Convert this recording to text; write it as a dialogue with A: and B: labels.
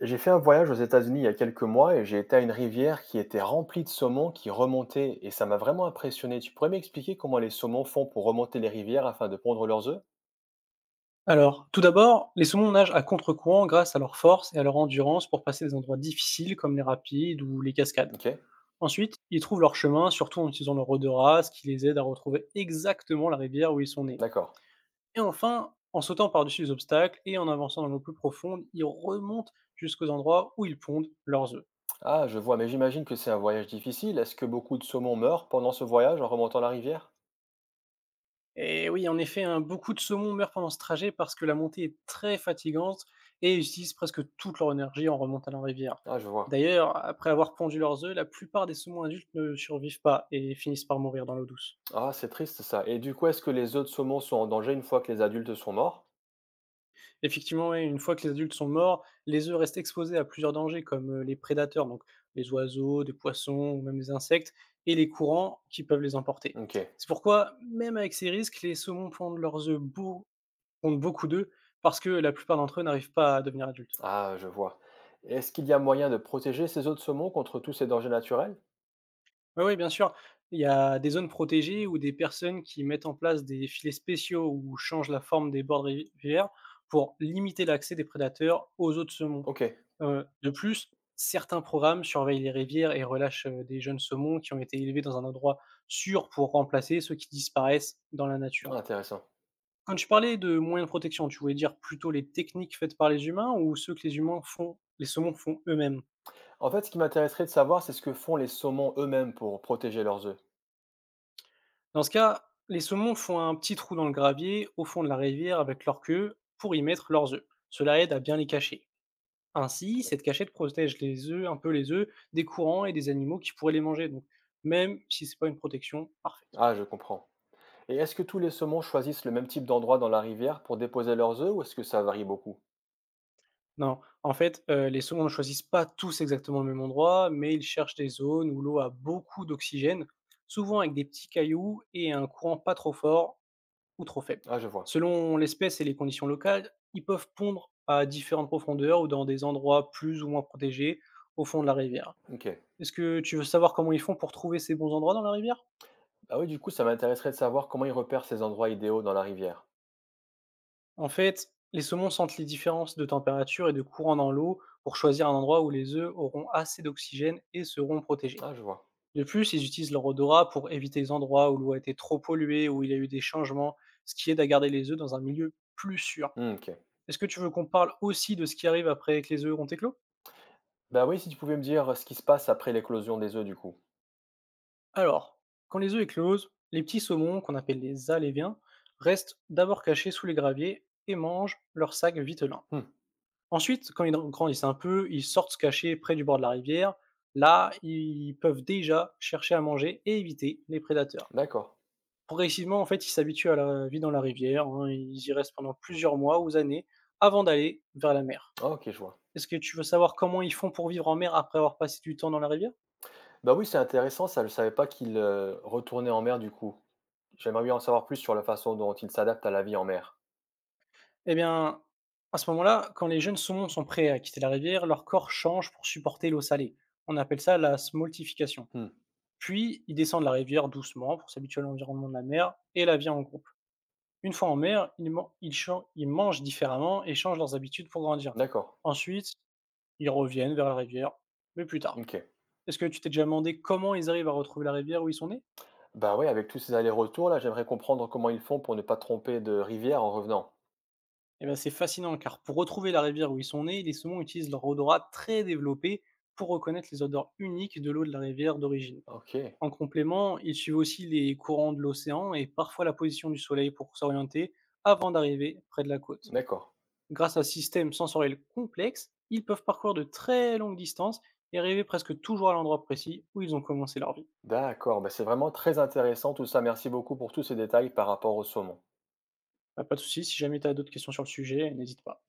A: J'ai fait un voyage aux États-Unis il y a quelques mois et j'ai été à une rivière qui était remplie de saumons qui remontaient et ça m'a vraiment impressionné. Tu pourrais m'expliquer comment les saumons font pour remonter les rivières afin de pondre leurs œufs?
B: Alors, tout d'abord, les saumons nagent à contre-courant grâce à leur force et à leur endurance pour passer des endroits difficiles comme les rapides ou les cascades.
A: Ok,
B: Ensuite, ils trouvent leur chemin, surtout en utilisant leur odorat, ce qui les aide à retrouver exactement la rivière où ils sont nés.
A: d'accord.
B: Et enfin, en sautant par-dessus les obstacles et en avançant dans l'eau plus profonde, ils remontent jusqu'aux endroits où ils pondent leurs œufs.
A: Ah, je vois, mais j'imagine que c'est un voyage difficile. Est-ce que beaucoup de saumons meurent pendant ce voyage en remontant la rivière?
B: Et oui, en effet, hein, beaucoup de saumons meurent pendant ce trajet parce que la montée est très fatigante et ils utilisent presque toute leur énergie en remontant la rivière.
A: Ah, je vois.
B: D'ailleurs, après avoir pondu leurs œufs, la plupart des saumons adultes ne survivent pas et finissent par mourir dans l'eau douce.
A: Ah, c'est triste ça. Et du coup, est-ce que les œufs de saumon sont en danger une fois que les adultes sont morts?
B: Effectivement, ouais, une fois que les adultes sont morts, les œufs restent exposés à plusieurs dangers comme les prédateurs, donc les oiseaux, des poissons ou même les insectes, et les courants qui peuvent les emporter.
A: Ok.
B: C'est pourquoi, même avec ces risques, les saumons pondent leurs œufs beaux, pondent beaucoup d'œufs parce que la plupart d'entre eux n'arrivent pas à devenir adultes.
A: Ah, je vois. Est-ce qu'il y a moyen de protéger ces œufs de saumon contre tous ces dangers naturels?
B: Oui, oui, bien sûr. Il y a des zones protégées ou des personnes qui mettent en place des filets spéciaux ou changent la forme des bords de rivières pour limiter l'accès des prédateurs aux eaux de saumon.
A: Ok,
B: De plus, certains programmes surveillent les rivières et relâchent des jeunes saumons qui ont été élevés dans un endroit sûr pour remplacer ceux qui disparaissent dans la nature.
A: intéressant.
B: Quand tu parlais de moyens de protection, tu voulais dire plutôt les techniques faites par les humains ou ceux que les humains font, les saumons font eux-mêmes?
A: En fait, ce qui m'intéresserait de savoir, c'est ce que font les saumons eux-mêmes pour protéger leurs œufs.
B: Dans ce cas, les saumons font un petit trou dans le gravier au fond de la rivière avec leur queue pour y mettre leurs œufs. Cela aide à bien les cacher. Ainsi,
A: Ok.
B: cette cachette protège les œufs, un peu les œufs, des courants et des animaux qui pourraient les manger. Donc, même si c'est pas une protection parfaite.
A: Ah, je comprends. Et est-ce que tous les saumons choisissent le même type d'endroit dans la rivière pour déposer leurs œufs ou est-ce que ça varie beaucoup?
B: Non, en fait, les saumons ne choisissent pas tous exactement le même endroit, mais ils cherchent des zones où l'eau a beaucoup d'oxygène, souvent avec des petits cailloux et un courant pas trop fort ou trop faibles.
A: Ah, je vois.
B: Selon l'espèce et les conditions locales, ils peuvent pondre à différentes profondeurs ou dans des endroits plus ou moins protégés au fond de la rivière.
A: Ok.
B: Est-ce que tu veux savoir comment ils font pour trouver ces bons endroits dans la rivière?
A: Ah oui, du coup, ça m'intéresserait de savoir comment ils repèrent ces endroits idéaux dans la rivière.
B: En fait, les saumons sentent les différences de température et de courant dans l'eau pour choisir un endroit où les œufs auront assez d'oxygène et seront protégés.
A: Ah, je vois.
B: De plus, ils utilisent leur odorat pour éviter les endroits où l'eau a été trop polluée, où il y a eu des changements, ce qui aide à garder les œufs dans un milieu plus sûr.
A: Hmm, ok.
B: Est-ce que tu veux qu'on parle aussi de ce qui arrive après que les œufs ont éclos?
A: Bah oui, si tu pouvais me dire ce qui se passe après l'éclosion des œufs, du coup.
B: Alors, quand les œufs éclosent, les petits saumons, qu'on appelle les aléviens, restent d'abord cachés sous les graviers et mangent leur sac vitelin.
A: Hmm,
B: Ensuite, quand ils grandissent un peu, ils sortent se cacher près du bord de la rivière. Là, ils peuvent déjà chercher à manger et éviter les prédateurs.
A: d'accord.
B: Progressivement, en fait, ils s'habituent à la vie dans la rivière, hein. Ils y restent pendant plusieurs mois ou années avant d'aller vers la mer.
A: Ah, ok, je vois.
B: Est-ce que tu veux savoir comment ils font pour vivre en mer après avoir passé du temps dans la rivière?
A: Bah oui, c'est intéressant, ça, je savais pas qu'ils retournaient en mer, du coup. J'aimerais bien en savoir plus sur la façon dont ils s'adaptent à la vie en mer.
B: Eh bien, à ce moment-là, quand les jeunes saumons sont prêts à quitter la rivière, leur corps change pour supporter l'eau salée. On appelle ça la smoltification.
A: Hmm,
B: Puis, ils descendent la rivière doucement pour s'habituer à l'environnement de la mer et la vie en groupe. Une fois en mer, ils mangent différemment et changent leurs habitudes pour grandir.
A: d'accord.
B: Ensuite, ils reviennent vers la rivière, mais plus tard.
A: Ok.
B: Est-ce que tu t'es déjà demandé comment ils arrivent à retrouver la rivière où ils sont nés?
A: Bah oui, avec tous ces allers-retours là, j'aimerais comprendre comment ils font pour ne pas tromper de rivière en revenant.
B: Eh ben, c'est fascinant car pour retrouver la rivière où ils sont nés, les saumons utilisent leur odorat très développé pour reconnaître les odeurs uniques de l'eau de la rivière d'origine.
A: Ok,
B: En complément, ils suivent aussi les courants de l'océan et parfois la position du soleil pour s'orienter avant d'arriver près de la côte.
A: d'accord.
B: Grâce à ce système sensoriel complexe, ils peuvent parcourir de très longues distances et arriver presque toujours à l'endroit précis où ils ont commencé leur vie.
A: D'accord, bah c'est vraiment très intéressant tout ça. Merci beaucoup pour tous ces détails par rapport au saumon.
B: Bah, pas de souci, si jamais tu as d'autres questions sur le sujet, n'hésite pas.